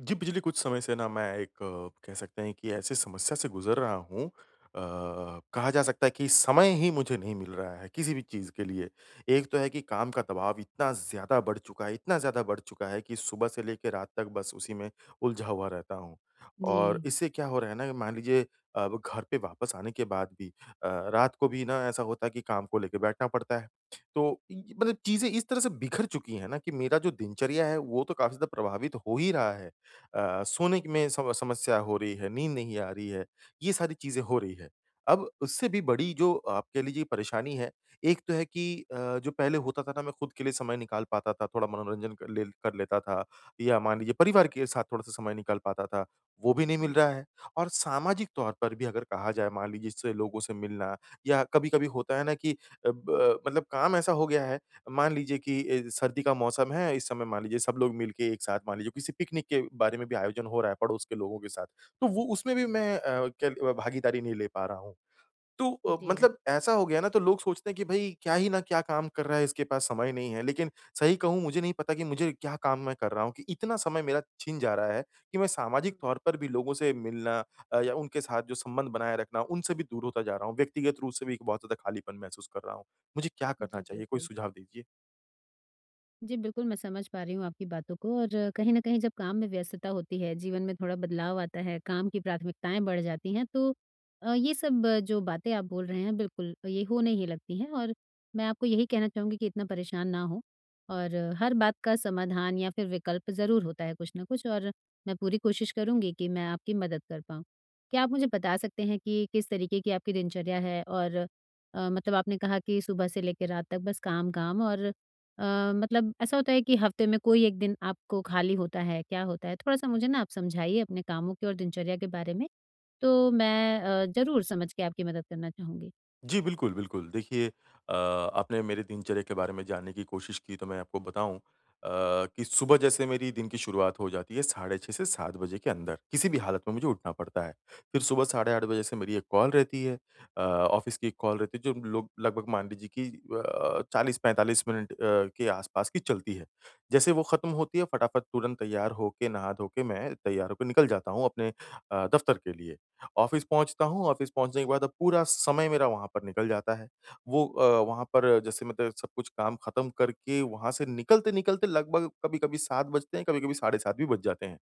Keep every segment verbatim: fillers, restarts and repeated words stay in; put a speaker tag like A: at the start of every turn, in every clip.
A: जी, पिछले कुछ समय से ना मैं एक अ, कह सकते हैं कि ऐसी समस्या से गुज़र रहा हूँ। अ, कहा जा सकता है कि समय ही मुझे नहीं मिल रहा है किसी भी चीज़ के लिए। एक तो है कि काम का दबाव इतना ज़्यादा बढ़ चुका है इतना ज़्यादा बढ़ चुका है कि सुबह से लेके रात तक बस उसी में उलझा हुआ रहता हूँ। और
B: जी।
A: इससे क्या हो रहा है ना मान लीजिए अब घर पे वापस आने के बाद भी अ, रात को भी ना ऐसा होता है कि काम को लेके बैठना पड़ता है। तो इ मतलब चीज़ें इस तरह से बिखर चुकी हैं ना कि मेरा जो दिनचर्या है वो तो काफ़ी ज़्यादा प्रभावित हो ही रहा है। अ, सोने की में सम समस्या हो रही है, नींद नहीं आ रही है, ये सारी चीज़ें हो रही है। अब उससे भी बड़ी जो आप कह लीजिए परेशानी है, एक तो है कि अ, जो पहले होता था ना मैं खुद के लिए समय निकाल पाता था, थोड़ा मनोरंजन कर ले कर लेता था या मान लीजिए परिवार के साथ थोड़ा-सा समय निकाल पाता था, वो भी नहीं मिल
B: हुँ,
A: रहा है और सामाजिक तौर पर भी अगर कहा जाए मान लीजिए जैसे लोगों से मिलना या कभी-कभी होता है ना कि अ, ब मतलब काम ऐसा हो गया है मान लीजिए कि ए, सर्दी का मौसम है, इस समय मान लीजिए सब लोग मिलके एक साथ मान लीजिए किसी पिकनिक के बारे में भी आयोजन हो रहा है पड़ोस के लोगों के साथ, तो वो उसमें भी मैं अ, कल अ, भागीदारी नहीं ले पा रहा हूँ। तो अ,
B: जी।
A: मतलब ऐसा हो गया ना तो लोग सोचते हैं कि भई क्या ही ना क्या काम कर रहा है, इसके पास समय नहीं है। लेकिन सही कहूँ मुझे नहीं पता कि मुझे क्या काम मैं कर रहा हूँ कि इतना समय मेरा छिन जा रहा है कि मैं सामाजिक
B: हुँ,
A: तौर पर भी लोगों से मिलना अ, या उनके साथ जो संबंध बनाए रखना, उनसे भी दूर होता जा रहा हूँ। व्यक्तिगत रूप से भी एक बहुत ज़्यादा खालीपन महसूस कर रहा हूँ। मुझे क्या करना
B: जी,
A: चाहिए? कोई
B: बिल्कुल।
A: सुझाव दीजिए।
B: जी, बिल्कुल मैं समझ पा रही हूँ आपकी बातों को और कहीं न कहीं जब काम में व्यस्तता होती है, जीवन में थोड़ा बदलाव आता है, काम की प्राथमिकताएँ बढ़ जाती हैं तो अ, ये सब अ, जो बातें आप बोल रहे हैं बिल्कुल ये होने ही लगती हैं और मैं आपको यही कहना चाहूँगी कि इतना परेशान ना हों और अ, हर बात का समाधान या फिर विकल्प ज़रूर होता है कुछ ना कुछ और मैं पूरी कोशिश करूँगी कि मैं आपकी मदद कर पाऊँ। क्या आप मुझे बता सकते हैं कि किस तरीके की आपकी दिनचर्या है? और अ, मतलब आपने कहा कि सुबह से लेकर रात तक बस काम-काम और अ, मतलब ऐसा होता है कि हफ्ते में कोई एक दिन आपको खाली होता है, क्या होता है? थोड़ा-सा मुझे ना आप समझाइए अपने कामों के और दिनचर्या के बारे में, तो मैं अ, ज़रूर समझ के आपकी मदद करना चाहूँगी।
A: जी, बिल्कुल, बिल्कुल। देखिए अ, आपने मेरे दिनचर्या के बारे में जानने की कोशिश की तो मैं आपको बताऊँ अ, कि सुबह जैसे मेरी दिन की शुरुआत हो जाती है साढ़े छह से सात बजे के अंदर, किसी भी हालत में मुझे उठना पड़ता है। फिर सुबह साढ़े आठ बजे से मेरी एक कॉल रहती है, अ, ऑफ़िस की एक कॉल रहती है जो लोग लगभग मान लीजिए कि अ, चालीस पैंतालीस मिनट अ, के आसपास की चलती है। जैसे वो ख़त्म होती है फटाफट तुरंत तैयार होके, नहा धो के मैं तैयार होके निकल जाता हूँ अपने अ, दफ़्तर के लिए। ऑफ़िस पहुँचता हूँ, ऑफ़िस पहुँचने के बाद अब पूरा समय मेरा वहाँ पर निकल जाता है। वो अ, वहाँ पर जैसे मतलब सब कुछ काम खत्म करके वहाँ से निकलते-निकलते लगभग कभी-कभी सात बजते हैं, कभी-कभी साढ़े सात भी बज जाते हैं।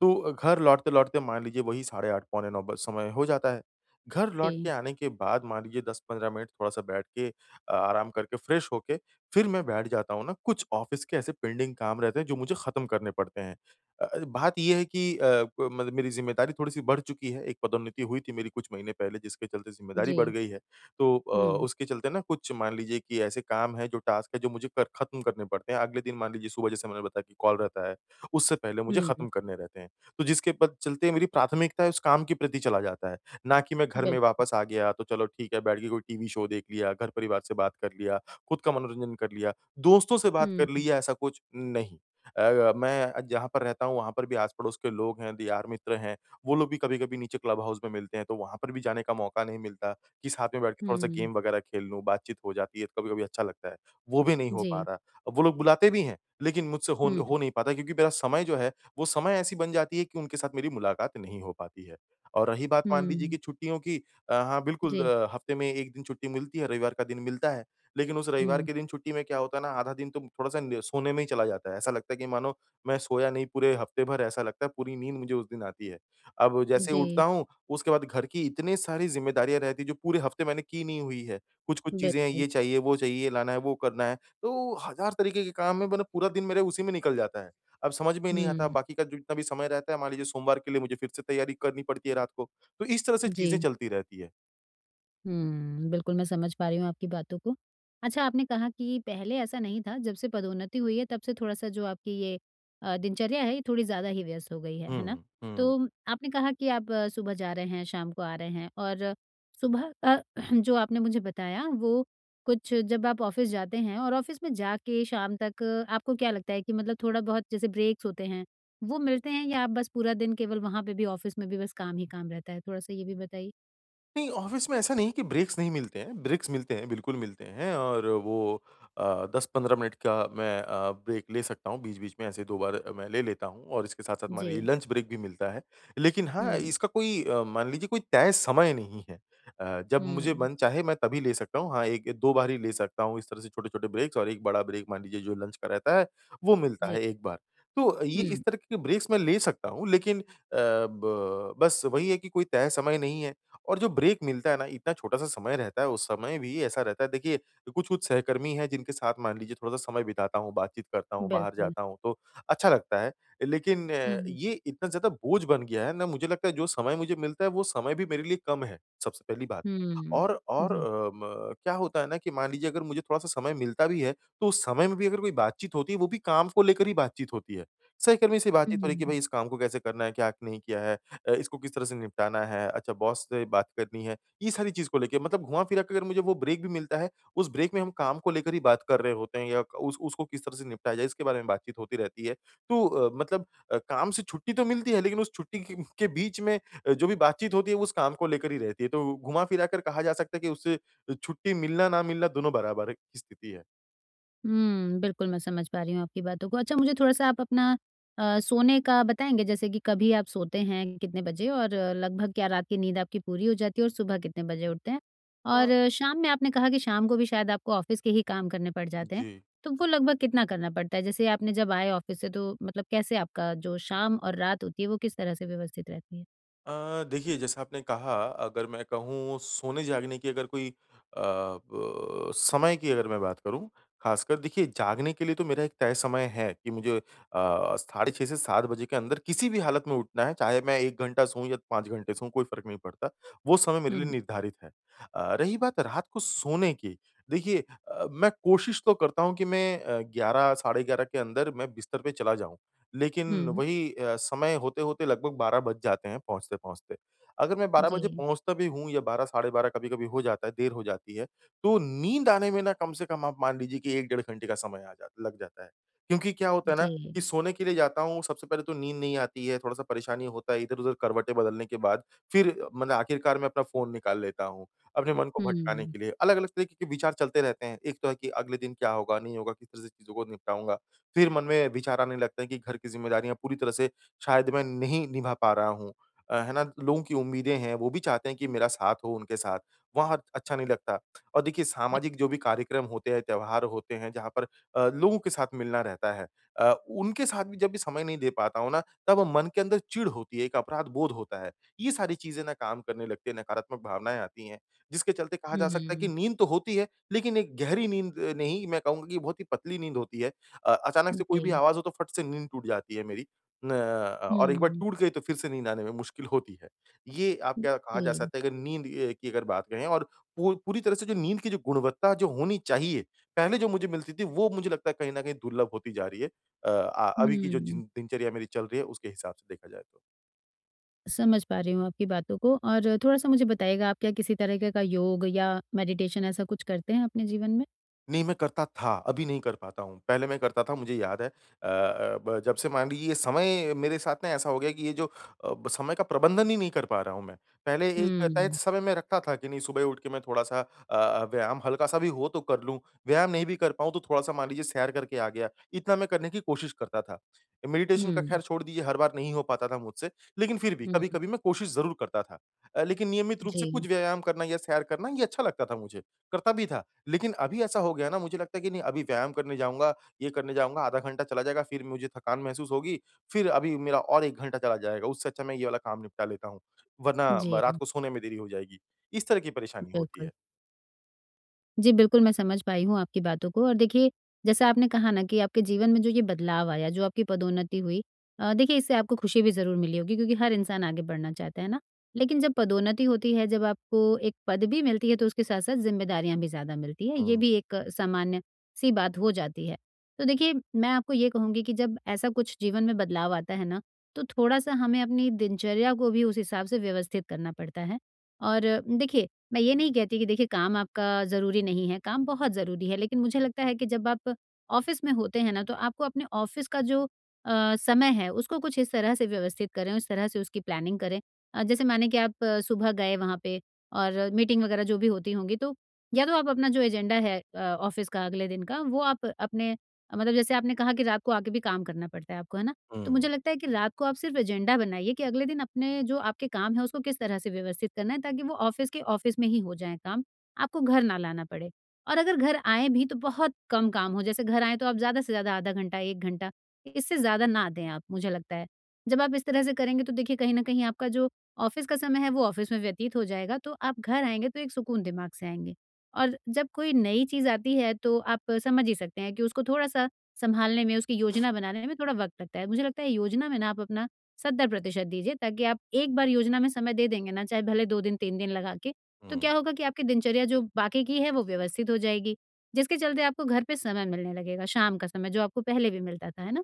A: तो अ, घर लौटते-लौटते मान लीजिए वही साढ़े आठ पौने नौ बस समय हो जाता है। घर लौट के
B: जी,
A: आने के बाद मान लीजिए दस पंद्रह मिनट थोड़ा-सा बैठ के अ, आराम करके फ्रेश होके फिर मैं बैठ जाता हूँ ना, कुछ ऑफ़िस के ऐसे पेंडिंग काम रहते हैं जो मुझे ख़त्म करने पड़ते हैं। अ अ, बात ये है कि अ, ब मतलब मेरी ज़िम्मेदारी थोड़ी-सी बढ़ चुकी है, एक पदोन्नति हुई थी मेरी कुछ महीने पहले जिसके चलते ज़िम्मेदारी
B: जी।
A: बढ़ गई है। तो अ,
B: हुँ,
A: उसके चलते ना कुछ मान लीजिए कि ऐसे काम हैं जो टास्क है जो मुझे कर ख़त्म करने पड़ते हैं। अगले दिन मान लीजिए सुबह जैसे मैंने बताया कि कॉल रहता है, उससे पहले मुझे
B: हुँ,
A: ख़त्म करने रहते हैं। तो जिसके पद चलते मेरी प्राथमिकता है उस काम के प्रति चला जाता है। ना कि मैं घर में
B: बिल्क
A: वापस आ गया तो चलो ठीक है बैठ के कोई टीवी शो देख लिया, घर परिवार से बात कर लिया, खुद का मनोरंजन कर लिया, दोस्तों से बात कर
B: हुँ,
A: ली या ऐसा कुछ नहीं। अ, मैं जहाँ पर रहता हूँ वहाँ पर भी आस-पड़ोस के लोग हैं, यार मित्र हैं, वो लोग भी कभी-कभी नीचे क्लब हाउस में मिलते हैं तो वहाँ पर भी जाने का मौका नहीं मिलता कि साथ में बैठ के थोड़ा-सा
B: हुँ,
A: गेम वगैरह खेल लूँ, बातचीत हो जाती है तो कभी-कभी अच्छा लगता है। वो भी नहीं हो पा
B: जी,
A: रहा। वो लोग बुलाते भी हैं लेकिन मुझसे हो
B: हुँ,
A: हो नहीं पाता क्योंकि मेरा समय जो है वो समय ऐसी बन जाती है कि उनके साथ मेरी मुलाकात नहीं हो पाती है। और रही बात मान लीजिए कि
B: हुँ,
A: छुट्टियों की। अ, हाँ, बिल्कुल।
B: जी,
A: अ, हफ़्ते में एक दिन छुट्टी मिलती है, रविवार का दिन मिलता है। लेकिन उस रविवार
B: हुँ,
A: के दिन छुट्टी में क्या होता है ना आधा दिन तो थोड़ा-सा न सोने में ही चला जाता है। ऐसा लगता है कि मानो मैं सोया नहीं पूरे हफ़्ते भर ऐसा लगता है, पूरी नींद मुझे उस दिन आती है। अब जैसे ही उठता
B: जी,
A: हूँ, उसके बाद घर की इतनी सारी ज़िम्मेदारियाँ रहती हैं जो पूरे हफ़्ते मैंने की नहीं हुई है। कुछ-कुछ चीज़ें हैं
B: बिल्कुल,
A: ये चाहिए, वो चाहिए, लाना है, वो करना है। तो हज़ार तरीके के काम हैं, मतलब पूरा दिन मेरे उसी में निकल जाता है। अब समझ में नहीं आता,
B: हुँ,
A: बाकी का जितना भी समय रहता है, मान लीजिए सोमवार के लिए मुझे फिर से तैयारी करनी पड़ती है रात को। तो इस तरह से चीज़ें
B: जी।
A: चलती रहती है।
B: हुँ, बिल्कुल मैं समझ पा रही हूँ आपकी बातों को। अच्छा आपने कहा कि पहले ऐसा नहीं था, जब से पदोन्नति हुई है तब से थोड़ा-सा जो आपकी ये अ, दिनचर्या है ये थोड़ी ज़्यादा ही व्यस्त हो गई है, है ना?
A: हुँ, हुँ।
B: तो आपने कहा कि आप अ, सुबह जा रहे हैं, शाम को आ रहे हैं और सुबह अ, जो आपने मुझे बताया वो कुछ जब आप ऑफ़िस जाते हैं और ऑफ़िस में जाके शाम तक अ, आपको क्या लगता है कि मतलब थोड़ा-बहुत जैसे ब्रेक्स होते हैं, वो मिलते हैं या आप बस पूरा दिन केवल वहाँ पे भी ऑफ़िस में भी बस काम ही काम रहता है? थोड़ा-सा ये भी बताइए।
A: नहीं, ऑफ़िस में ऐसा नहीं कि ब्रेक्स नहीं मिलते हैं, ब्रेक्स मिलते हैं, बिल्कुल मिलते हैं और वो अ, दस पंद्रह मिनट का मैं अ, ब्रेक ले सकता हूँ, बीच-बीच में ऐसे दो बार अ, मैं ले लेता हूँ और इसके साथ-साथ मान लीजिए
B: जी,
A: लंच ब्रेक भी मिलता है। लेकिन हाँ,
B: हुँ।
A: इसका कोई अ, मान लीजिए कोई तय समय नहीं है। अ, जब मुझे
B: हुँ।
A: मन चाहे मैं तभी ले सकता हूँ, हाँ, एक दो बार ही ले सकता हूँ इस तरह से छोटे-छोटे ब्रेक्स और एक बड़ा ब्रेक मान लीजिए जो लंच का रहता है, वो मिलता
B: जी।
A: है एक बार। तो ये इस
B: हुँ,
A: तरह के ब्रेक्स मैं ले सकता हूँ लेकिन अ, ब बस वही है कि कोई तय समय नहीं है। और जो ब्रेक मिलता है ना, इतना छोटा-सा समय रहता है, उस समय भी ऐसा रहता है देखिए, कुछ-कुछ सहकर्मी हैं जिनके साथ मान लीजिए थोड़ा-सा समय बिताता हूँ, बातचीत करता हूँ, बाहर
B: बिल्कुल।
A: जाता हूँ तो अच्छा लगता है। लेकिन अ,
B: हुँ,
A: ये इतना ज़्यादा बोझ बन गया है ना मुझे लगता है जो समय मुझे मिलता है वो समय भी मेरे लिए कम है, सबसे पहली बात।
B: हुँ।
A: और और
B: जी।
A: अम, अ, म क्या होता है ना कि मान लीजिए अगर मुझे थोड़ा-सा समय मिलता भी है, तो उस समय में भी अगर कोई बातचीत होती है, वो भी काम को लेकर ही बातचीत होती है। सहकर्मी से बातचीत हो रही है कि भाई
B: हुँ,
A: इस काम को कैसे करना है, क्या नहीं किया है? अ, इसको किस तरह से निपटाना है, अच्छा बॉस से बात करनी है, ये सारी चीज़ को लेके मतलब घुमा-फिरा के अगर मुझे वो ब्रेक भी मिलता है, उस ब्रेक में हम काम को लेकर ही बात कर रहे होते हैं या क- उस उसको किस तरह से निपटाया जाए इसके बारे में बातचीत होती रहती है। तो अ, मतलब अ, काम से छुट्टी तो मिलती है लेकिन उस छुट्टी के के बीच में अ, जो भी बातचीत होती है उस काम को लेकर ही रहती है। तो घुमा-फिरा कर कहा जा सकता है कि उससे छुट्टी मिलना ना मिलना दोनों बराबर की स्थिति है।
B: हुँ, बिल्कुल मैं समझ पा रही हूँ आपकी बातों को। अच्छा मुझे थोड़ा-सा आप अपना अ, सोने का बताएँगे जैसे कि कभी आप सोते हैं कितने बजे और अ, लगभग क्या रात की नींद आपकी पूरी हो जाती है और सुबह कितने बजे उठते हैं?
A: अ
B: और अ, शाम में आपने कहा कि शाम को भी शायद आपको ऑफ़िस के ही काम करने पड़ जाते हैं,
A: जी।
B: तो वो लगभग कितना करना पड़ता है? जैसे आपने जब आए ऑफ़िस से तो मतलब कैसे आपका जो शाम और रात होती है वो किस तरह से व्यवस्थित रहती है?
A: अ, देखिए जैसा आपने कहा अगर मैं कहूँ सोने जागने की अगर कोई अ, ब समय की अगर मैं बात करूँ, ख़ासकर देखिए जागने के लिए तो मेरा एक तय समय है कि मुझे अ, साढ़े छह से सात बजे के अंदर किसी भी हालत में उठना है, चाहे मैं एक घंटा सोऊँ या पाँच घंटे सोऊँ कोई फ़र्क नहीं पड़ता, वो समय मेरे
B: हुँ,
A: लिए
B: हुँ।
A: निर्धारित है। अ, रही बात रात को सोने की। देखिए अ, मैं कोशिश तो करता हूँ कि मैं अ, ग्यारह साढ़े ग्यारह के अंदर मैं बिस्तर पे चला जाऊँ। लेकिन
B: हुँ,
A: वही अ, समय होते-होते लगभग बारह बज जाते हैं पहुँचते-पहुँचते। अगर मैं बारह बजे
B: जी,
A: पहुँचता भी हूँ या बारह साढ़े बारह कभी-कभी हो जाता है, देर हो जाती है, तो नींद आने में ना कम से कम आप मान लीजिए कि एक डेढ़ घंटे का समय आ जा लग जाता है। क्योंकि क्या होता है ना
B: जी।
A: कि सोने के लिए जाता हूँ, सबसे पहले तो नींद नहीं आती है, थोड़ा-सा परेशानी होता है इधर-उधर करवटें बदलने के बाद, फिर मतलब आखिरकार मैं अपना फ़ोन निकाल लेता हूँ, अपने मन को भटकाने
B: हुँ।
A: के लिए। अलग-अलग तरीके के विचार चलते रहते हैं। एक तो है कि अगले दिन क्या होगा, नहीं होगा, किस तरह से चीज़ों को निपटाऊँगा। फिर मन में विचार आने लगते हैं कि घर की ज़िम्मेदारियाँ पूरी तरह से शायद मैं नहीं निभा पा रहा हूँ। अ, है ना? लोगों की उम्मीदें हैं, वो भी चाहते हैं कि मेरा साथ हो उनके साथ, वहाँ अच्छा नहीं लगता। और देखिए सामाजिक जो भी कार्यक्रम होते हैं, त्योहार होते हैं जहाँ पर अ, लोगों के साथ मिलना रहता है। अ, उनके साथ भी जब भी समय नहीं दे पाता हूँ ना, तब मन के अंदर चिढ़ होती है, एक अपराध बोध होता है। ये सारी चीज़ें ना काम करने लगती हैं, नकारात्मक भावनाएँ आती हैं, जिसके चलते कहा जा सकता है कि
B: हुँ।
A: नींद तो होती है, लेकिन एक गहरी नींद अ, नहीं मैं कहूँगा कि बहुत ही पतली नींद होती है। अ, अचानक से कोई भी
B: जी।
A: आवाज़ हो तो फट से नींद टूट जाती है मेरी। न अ, और एक बार
B: हुँ।
A: टूट गई तो फिर से नींद आने में मुश्किल होती है। ये आप क्या कहा जा
B: जी।
A: सकता है अगर नींद अ, की अगर बात करें और पू पूरी तरह से जो नींद की जो गुणवत्ता जो होनी चाहिए, पहले जो मुझे मिलती थी वो मुझे लगता है कहीं न कहीं दुर्लभ होती जा रही है। अ, अ, अभी की जो
B: हुँ।
A: जिन दिनचर्या मेरी चल रही है उसके हिसाब से देखा जाए तो।
B: समझ पा रही हूँ आपकी बातों को और थोड़ा-सा मुझे बताइएगा आप क्या किसी तरीके का योग या मेडिटेशन ऐसा कुछ करते हैं अपने जीवन में?
A: नहीं, मैं करता था, अभी नहीं कर पाता हूँ। पहले मैं करता था, मुझे याद है। अ अ, ब जब से मान लीजिए ये समय मेरे साथ ना ऐसा हो गया कि ये जो अ, ब समय का प्रबंधन ही नहीं कर पा रहा हूँ मैं। पहले एक तय
B: हुँ।
A: समय मैं रखता था कि नहीं सुबह उठ के मैं थोड़ा-सा अ अ, व्यायाम हल्का-सा भी हो तो कर लूँ। व्यायाम नहीं भी कर पाऊँ तो थोड़ा-सा मान लीजिए सैर करके आ गया, इतना मैं करने की कोशिश करता था। मेडिटेशन का
B: हुँ।
A: ख़ैर छोड़ दीजिए हर बार नहीं हो पाता था मुझसे, लेकिन फिर भी
B: हुँ।
A: कभी-कभी मैं कोशिश ज़रूर करता था। अ, लेकिन नियमित रूप से
B: जी।
A: कुछ व्यायाम करना या सैर करना ये अच्छा लगता था मुझे, करता भी था। लेकिन अभी ऐसा हो गया ना मुझे लगता है कि नहीं अभी व्यायाम करने जाऊँगा, ये करने जाऊँगा, आधा घंटा चला जाएगा, फिर मुझे थकान महसूस होगी, फिर अभी मेरा और एक घंटा चला जाएगा, उससे अच्छा मैं ये वाला काम निपटा लेता हूँ, वरना ब रात
B: जी,
A: को सोने में देरी हो जाएगी। इस तरह की परेशानी होती
B: बिल्कुल।
A: है।
B: जी, बिल्कुल मैं समझ पाई हूँ आपकी बातों को और देखिए, जैसा आपने कहा ना कि आपके जीवन में जो ये बदलाव आया, जो आपकी पदोन्नति हुई अ, देखिए इससे आपको खुशी भी ज़रूर मिली होगी क्योंकि हर इंसान आगे बढ़ना चाहता है ना। लेकिन जब पदोन्नति होती है, जब आपको एक पद भी मिलती है तो उसके साथ-साथ ज़िम्मेदारियाँ भी ज़्यादा मिलती है, ये
A: हुँ,
B: भी एक सामान्य-सी बात हो जाती है। तो देखिए, मैं आपको ये कहूँगी कि जब ऐसा कुछ जीवन में बदलाव आता है ना, तो थोड़ा-सा हमें अपनी दिनचर्या को भी उस हिसाब से व्यवस्थित करना पड़ता है और अ, देखिए मैं ये नहीं कहती कि देखिए काम आपका ज़रूरी नहीं है, काम बहुत ज़रूरी है, लेकिन मुझे लगता है कि जब आप ऑफ़िस में होते हैं ना, तो आपको अपने ऑफ़िस का जो अ, समय है, उसको कुछ इस तरह से व्यवस्थित करें, उस तरह से उसकी प्लानिंग करें। अ, जैसे माने कि आप अ, सुबह गए वहाँ पे और मीटिंग वगैरह जो भी होती होंगी, तो या तो आप अपना जो एजेंडा है अ, ऑफ़िस का अगले दिन का, वो आप अपने मतलब जैसे आपने कहा कि रात को आके भी काम करना पड़ता है आपको, है ना, तो मुझे
A: हुँ,
B: लगता है कि रात को आप सिर्फ एजेंडा बनाइए कि अगले दिन अपने जो आपके काम है उसको किस तरह से व्यवस्थित करना है ताकि वो ऑफिस के ऑफिस में ही हो जाए काम, आपको घर ना लाना पड़े। और अगर घर आएँ भी तो बहुत कम काम हो, जैसे घर आएँ तो आप ज़्यादा से ज़्यादा आधा घंटा, एक घंटा, इससे ज़्यादा ना दें आप, मुझे लगता है। जब आप इस तरह से करेंगे तो देखिए कहीं न कहीं आपका जो ऑफिस का समय है वो ऑफिस में व्यतीत हो जाएगा, तो आप घर आएँगे तो एक सुकून दिमाग से आएँगे। और जब कोई नई चीज़ आती है तो आप समझ ही सकते हैं कि उसको थोड़ा-सा सँभालने में, उसकी योजना बनाने में थोड़ा वक़्त लगता है। मुझे लगता है योजना में ना आप अपना सत्तर प्रतिशत दीजिए ताकि आप एक बार योजना में समय दे देंगे ना, चाहे भले दो दिन, तीन दिन लगा के, तो
A: हुँ।
B: क्या होगा कि आपकी दिनचर्या जो बाकी की है वो व्यवस्थित हो जाएगी, जिसके चलते आपको घर पे समय मिलने लगेगा, शाम का समय जो आपको पहले भी मिलता था, है ना?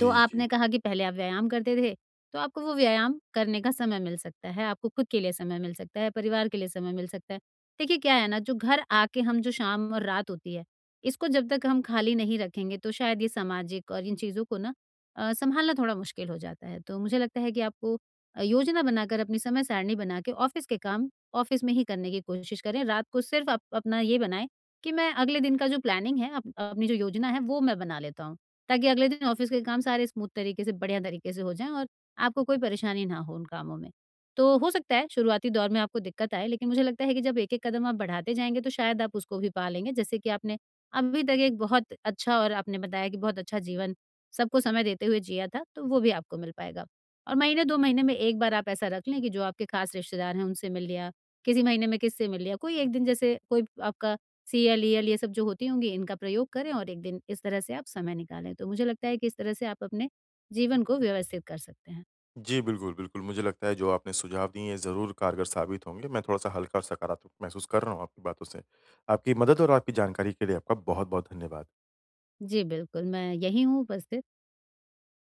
B: तो
A: जी।
B: आपने कहा कि पहले आप व्यायाम करते थे, तो आपको वो व्यायाम करने का समय मिल सकता है, आपको खुद के लिए समय मिल सकता है, परिवार के लिए समय मिल सकता है। देखिए क्या है ना, जो घर आके हम जो शाम और रात होती है, इसको जब तक हम खाली नहीं रखेंगे तो शायद ये सामाजिक और इन चीज़ों को ना अ, संभालना थोड़ा मुश्किल हो जाता है। तो मुझे लगता है कि आपको अ, योजना बनाकर अपनी समय सारणी बना के ऑफ़िस के काम ऑफ़िस में ही करने की कोशिश करें। रात को सिर्फ़ आप अपना ये बनाएँ कि मैं अगले दिन का जो प्लानिंग है, अप अपनी जो योजना है वो मैं बना लेता हूँ। ताकि अगले दिन ऑफिस के काम सारे स्मूथ तरीके से, बढ़िया तरीके से हो जाएँ और आपको कोई परेशानी ना हो उन कामों में। तो हो सकता है शुरुआती दौर में आपको दिक्कत आए, लेकिन मुझे लगता है कि जब एक-एक कदम आप बढ़ाते जाएँगे तो शायद आप उसको भी पा लेंगे। जैसे कि आपने अभी तक एक बहुत अच्छा और आपने बताया कि बहुत अच्छा जीवन सबको समय देते हुए जिया था, तो वो भी आपको मिल पाएगा। और महीने दो महीने में एक बार आप ऐसा रख लें कि जो आपके खास रिश्तेदार हैं उनसे मिल लिया, किसी महीने में किससे मिल लिया, कोई एक दिन जैसे कोई आपका सी एल ई एल ये सब जो होती होंगी इनका प्रयोग करें और एक दिन इस तरह से आप समय निकालें। तो मुझे लगता है कि इस तरह से आप अपने जीवन को व्यवस्थित कर सकते हैं।
A: जी, बिल्कुल, बिल्कुल, मुझे लगता है जो आपने सुझाव दिए हैं ज़रूर कारगर साबित होंगे। मैं थोड़ा-सा हल्का और सकारात्मक महसूस कर रहा हूँ आपकी बातों से। आपकी मदद और आपकी जानकारी के लिए आपका बहुत-बहुत धन्यवाद।
B: जी बिल्कुल, मैं यहीं हूँ उपस्थित।